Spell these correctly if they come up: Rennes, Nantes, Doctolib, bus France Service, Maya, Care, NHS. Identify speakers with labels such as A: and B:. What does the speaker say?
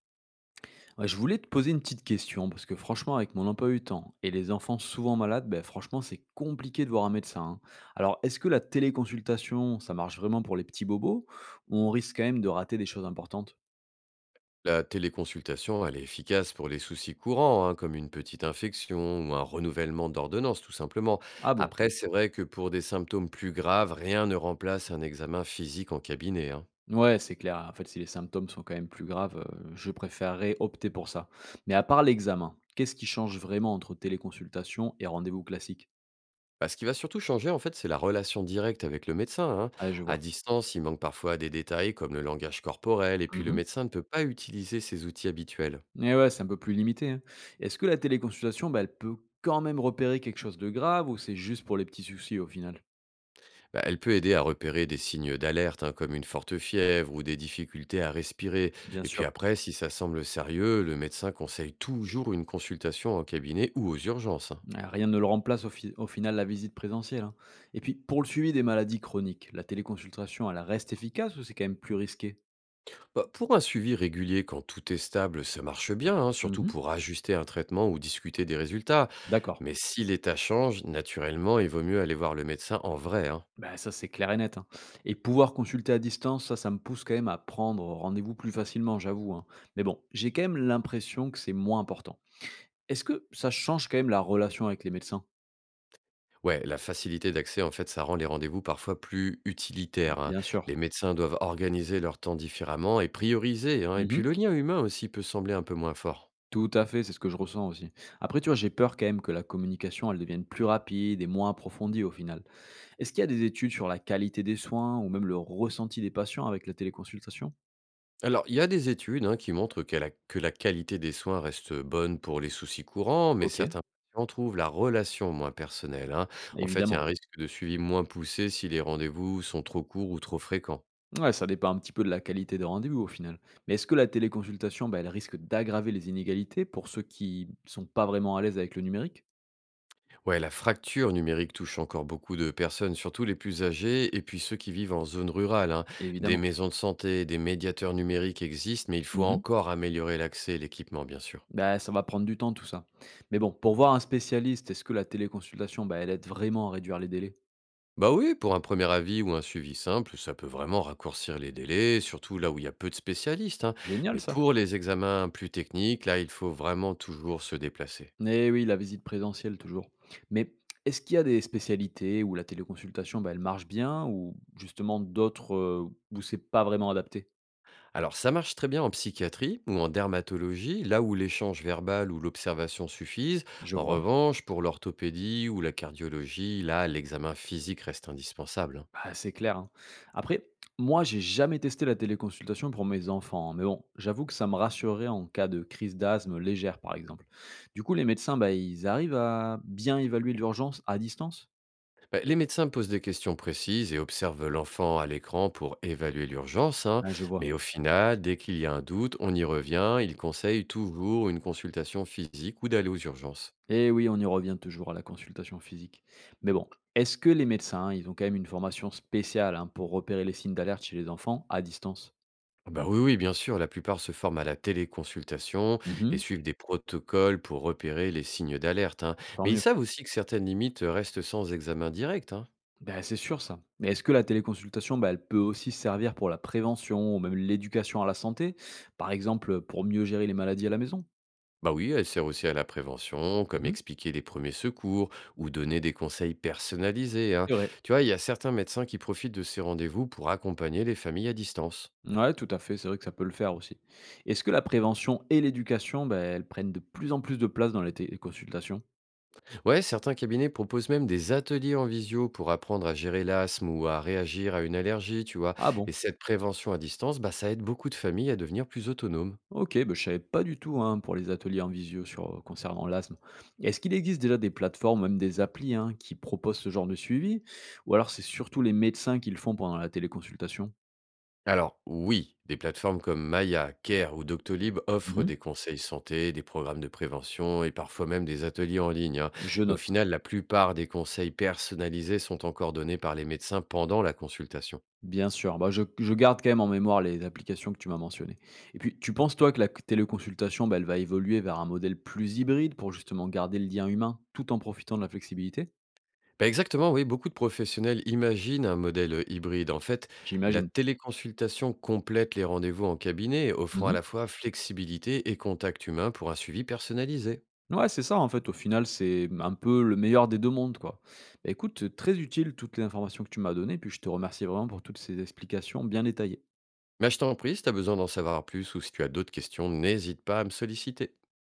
A: Ouais, je voulais te poser une petite question, parce que franchement, avec mon emploi du temps et les enfants souvent malades, ben, franchement, c'est compliqué de voir un médecin, hein. Alors, est-ce que la téléconsultation, ça marche vraiment pour les petits bobos, ou on risque quand même de rater des choses importantes?
B: La téléconsultation, elle est efficace pour les soucis courants, hein, comme une petite infection ou un renouvellement d'ordonnance, tout simplement.
A: Ah bon?
B: Après, c'est vrai que pour des symptômes plus graves, rien ne remplace un examen physique en cabinet, hein.
A: Ouais, c'est clair. En fait, si les symptômes sont quand même plus graves, je préférerais opter pour ça. Mais à part l'examen, qu'est-ce qui change vraiment entre téléconsultation et rendez-vous classique?
B: Bah, ce qui va surtout changer, en fait, c'est la relation directe avec le médecin, hein.
A: Ah, je
B: À
A: vois.
B: distance, il manque parfois des détails comme le langage corporel, et puis le médecin ne peut pas utiliser ses outils habituels.
A: Et ouais, c'est un peu plus limité, hein. Est-ce que la téléconsultation, bah, elle peut quand même repérer quelque chose de grave ou c'est juste pour les petits soucis au final?
B: Bah, elle peut aider à repérer des signes d'alerte, hein, comme une forte fièvre ou des difficultés à respirer.
A: Bien
B: Et puis
A: sûr,
B: après, si ça semble sérieux, le médecin conseille toujours une consultation en cabinet ou aux urgences, hein.
A: rien ne le remplace au final la visite présentielle, hein. Et puis, pour le suivi des maladies chroniques, la téléconsultation, elle reste efficace ou c'est quand même plus risqué?
B: Bah, pour un suivi régulier, quand tout est stable, ça marche bien, hein, surtout
A: Mhm.
B: pour ajuster un traitement ou discuter des résultats.
A: D'accord.
B: Mais si l'état change, naturellement, il vaut mieux aller voir le médecin en vrai, hein.
A: Bah, ça, c'est clair et net, hein. Et pouvoir consulter à distance, ça me pousse quand même à prendre rendez-vous plus facilement, j'avoue, hein. Mais bon, j'ai quand même l'impression que c'est moins important. Est-ce que ça change quand même la relation avec les médecins?
B: Ouais, la facilité d'accès, en fait, ça rend les rendez-vous parfois plus utilitaires, hein.
A: Bien sûr.
B: Les médecins doivent organiser leur temps différemment et prioriser, hein. Et puis
A: Mhm.
B: le lien humain aussi peut sembler un peu moins fort.
A: Tout à fait, c'est ce que je ressens aussi. Après, tu vois, j'ai peur quand même que la communication, elle devienne plus rapide et moins approfondie au final. Est-ce qu'il y a des études sur la qualité des soins ou même le ressenti des patients avec la téléconsultation?
B: Alors, il y a des études, hein, qui montrent que la qualité des soins reste bonne pour les soucis courants, mais
A: Ok,
B: certains patients trouvent la relation moins personnelle, hein. En fait, il y a un
A: évidemment.
B: risque de suivi moins poussé si les rendez-vous sont trop courts ou trop fréquents.
A: Ouais, ça dépend un petit peu de la qualité des rendez-vous au final. Mais est-ce que la téléconsultation, bah, elle risque d'aggraver les inégalités pour ceux qui sont pas vraiment à l'aise avec le numérique?
B: Ouais, la fracture numérique touche encore beaucoup de personnes, surtout les plus âgées et puis ceux qui vivent en zone rurale, hein. Des
A: Évidemment.
B: maisons de santé, des médiateurs numériques existent, mais il faut
A: Mhm.
B: encore améliorer l'accès et l'équipement, bien sûr.
A: Bah, ça va prendre du temps tout ça. Mais bon, pour voir un spécialiste, est-ce que la téléconsultation, bah, elle aide vraiment à réduire les délais?
B: Bah oui, pour un premier avis ou un suivi simple, ça peut vraiment raccourcir les délais, surtout là où il y a peu de spécialistes, hein.
A: Génial
B: Mais
A: ça.
B: pour les examens plus techniques, là, il faut vraiment toujours se déplacer.
A: Eh oui, la visite présentielle toujours. Mais est-ce qu'il y a des spécialités où la téléconsultation, bah, elle marche bien ou justement d'autres où c'est pas vraiment adapté?
B: Alors ça marche très bien en psychiatrie ou en dermatologie, là où l'échange verbal ou l'observation suffisent.
A: Je
B: En
A: vois.
B: revanche, pour l'orthopédie ou la cardiologie, là, l'examen physique reste indispensable, hein.
A: Bah, c'est clair, hein. Après, moi, j'ai jamais testé la téléconsultation pour mes enfants, hein, mais bon, j'avoue que ça me rassurerait en cas de crise d'asthme légère, par exemple. Du coup, les médecins, bah, ils arrivent à bien évaluer l'urgence à distance?
B: Bah, les médecins posent des questions précises et observent l'enfant à l'écran pour évaluer l'urgence, hein.
A: Ah, je vois.
B: Mais au final, dès qu'il y a un doute, on y revient, ils conseillent toujours une consultation physique ou d'aller aux urgences.
A: Et oui, on y revient toujours à la consultation physique. Mais bon, est-ce que les médecins, ils ont quand même une formation spéciale, hein, pour repérer les signes d'alerte chez les enfants à distance?
B: Ah bah oui, oui, bien sûr, la plupart se forment à la téléconsultation et
A: Mhm.
B: suivent des protocoles pour repérer les signes d'alerte, hein.
A: Tant
B: Mais ils
A: mieux.
B: savent aussi que certaines limites restent sans examen direct, hein.
A: Ben, c'est sûr ça. Mais est-ce que la téléconsultation, ben, elle peut aussi servir pour la prévention ou même l'éducation à la santé? Par exemple, pour mieux gérer les maladies à la maison?
B: Bah oui, elle sert aussi à la prévention, comme
A: Mhm.
B: expliquer les premiers secours ou donner des conseils personnalisés, hein.
A: C'est vrai.
B: Tu vois, il y a certains médecins qui profitent de ces rendez-vous pour accompagner les familles à distance.
A: Ouais, tout à fait, c'est vrai que ça peut le faire aussi. Est-ce que la prévention et l'éducation, ben, elles prennent de plus en plus de place dans les téléconsultations?
B: Ouais, certains cabinets proposent même des ateliers en visio pour apprendre à gérer l'asthme ou à réagir à une allergie, tu vois.
A: Ah
B: Et
A: bon?
B: cette prévention à distance, bah, ça aide beaucoup de familles à devenir plus autonomes.
A: OK, ben je savais pas du tout, hein, pour les ateliers en visio sur, concernant l'asthme. Est-ce qu'il existe déjà des plateformes, même des applis, hein, qui proposent ce genre de suivi? Ou alors c'est surtout les médecins qui le font pendant la téléconsultation?
B: Alors oui, des plateformes comme Maya, Care ou Doctolib offrent
A: Mmh.
B: des conseils santé, des programmes de prévention et parfois même des ateliers en ligne, hein.
A: Je
B: Mais au
A: note,
B: final, la plupart des conseils personnalisés sont encore donnés par les médecins pendant la consultation.
A: bien sûr. Bah, je garde quand même en mémoire les applications que tu m'as mentionnées. Et puis, tu penses toi que la téléconsultation, bah, elle va évoluer vers un modèle plus hybride pour justement garder le lien humain, tout en profitant de la flexibilité?
B: Bah, exactement, oui, beaucoup de professionnels imaginent un modèle hybride. En fait, la
A: J'imagine.
B: téléconsultation complète les rendez-vous en cabinet, offrant à
A: Mmh.
B: la fois flexibilité et contact humain pour un suivi personnalisé.
A: Ouais, c'est ça en fait, au final, c'est un peu le meilleur des 2 mondes, quoi. Bah, écoute, très utile toutes les informations que tu m'as données, puis je te remercie vraiment pour toutes ces explications bien détaillées.
B: Mais je t'en prie, si tu as besoin d'en savoir plus ou si tu as d'autres questions, n'hésite pas à me solliciter.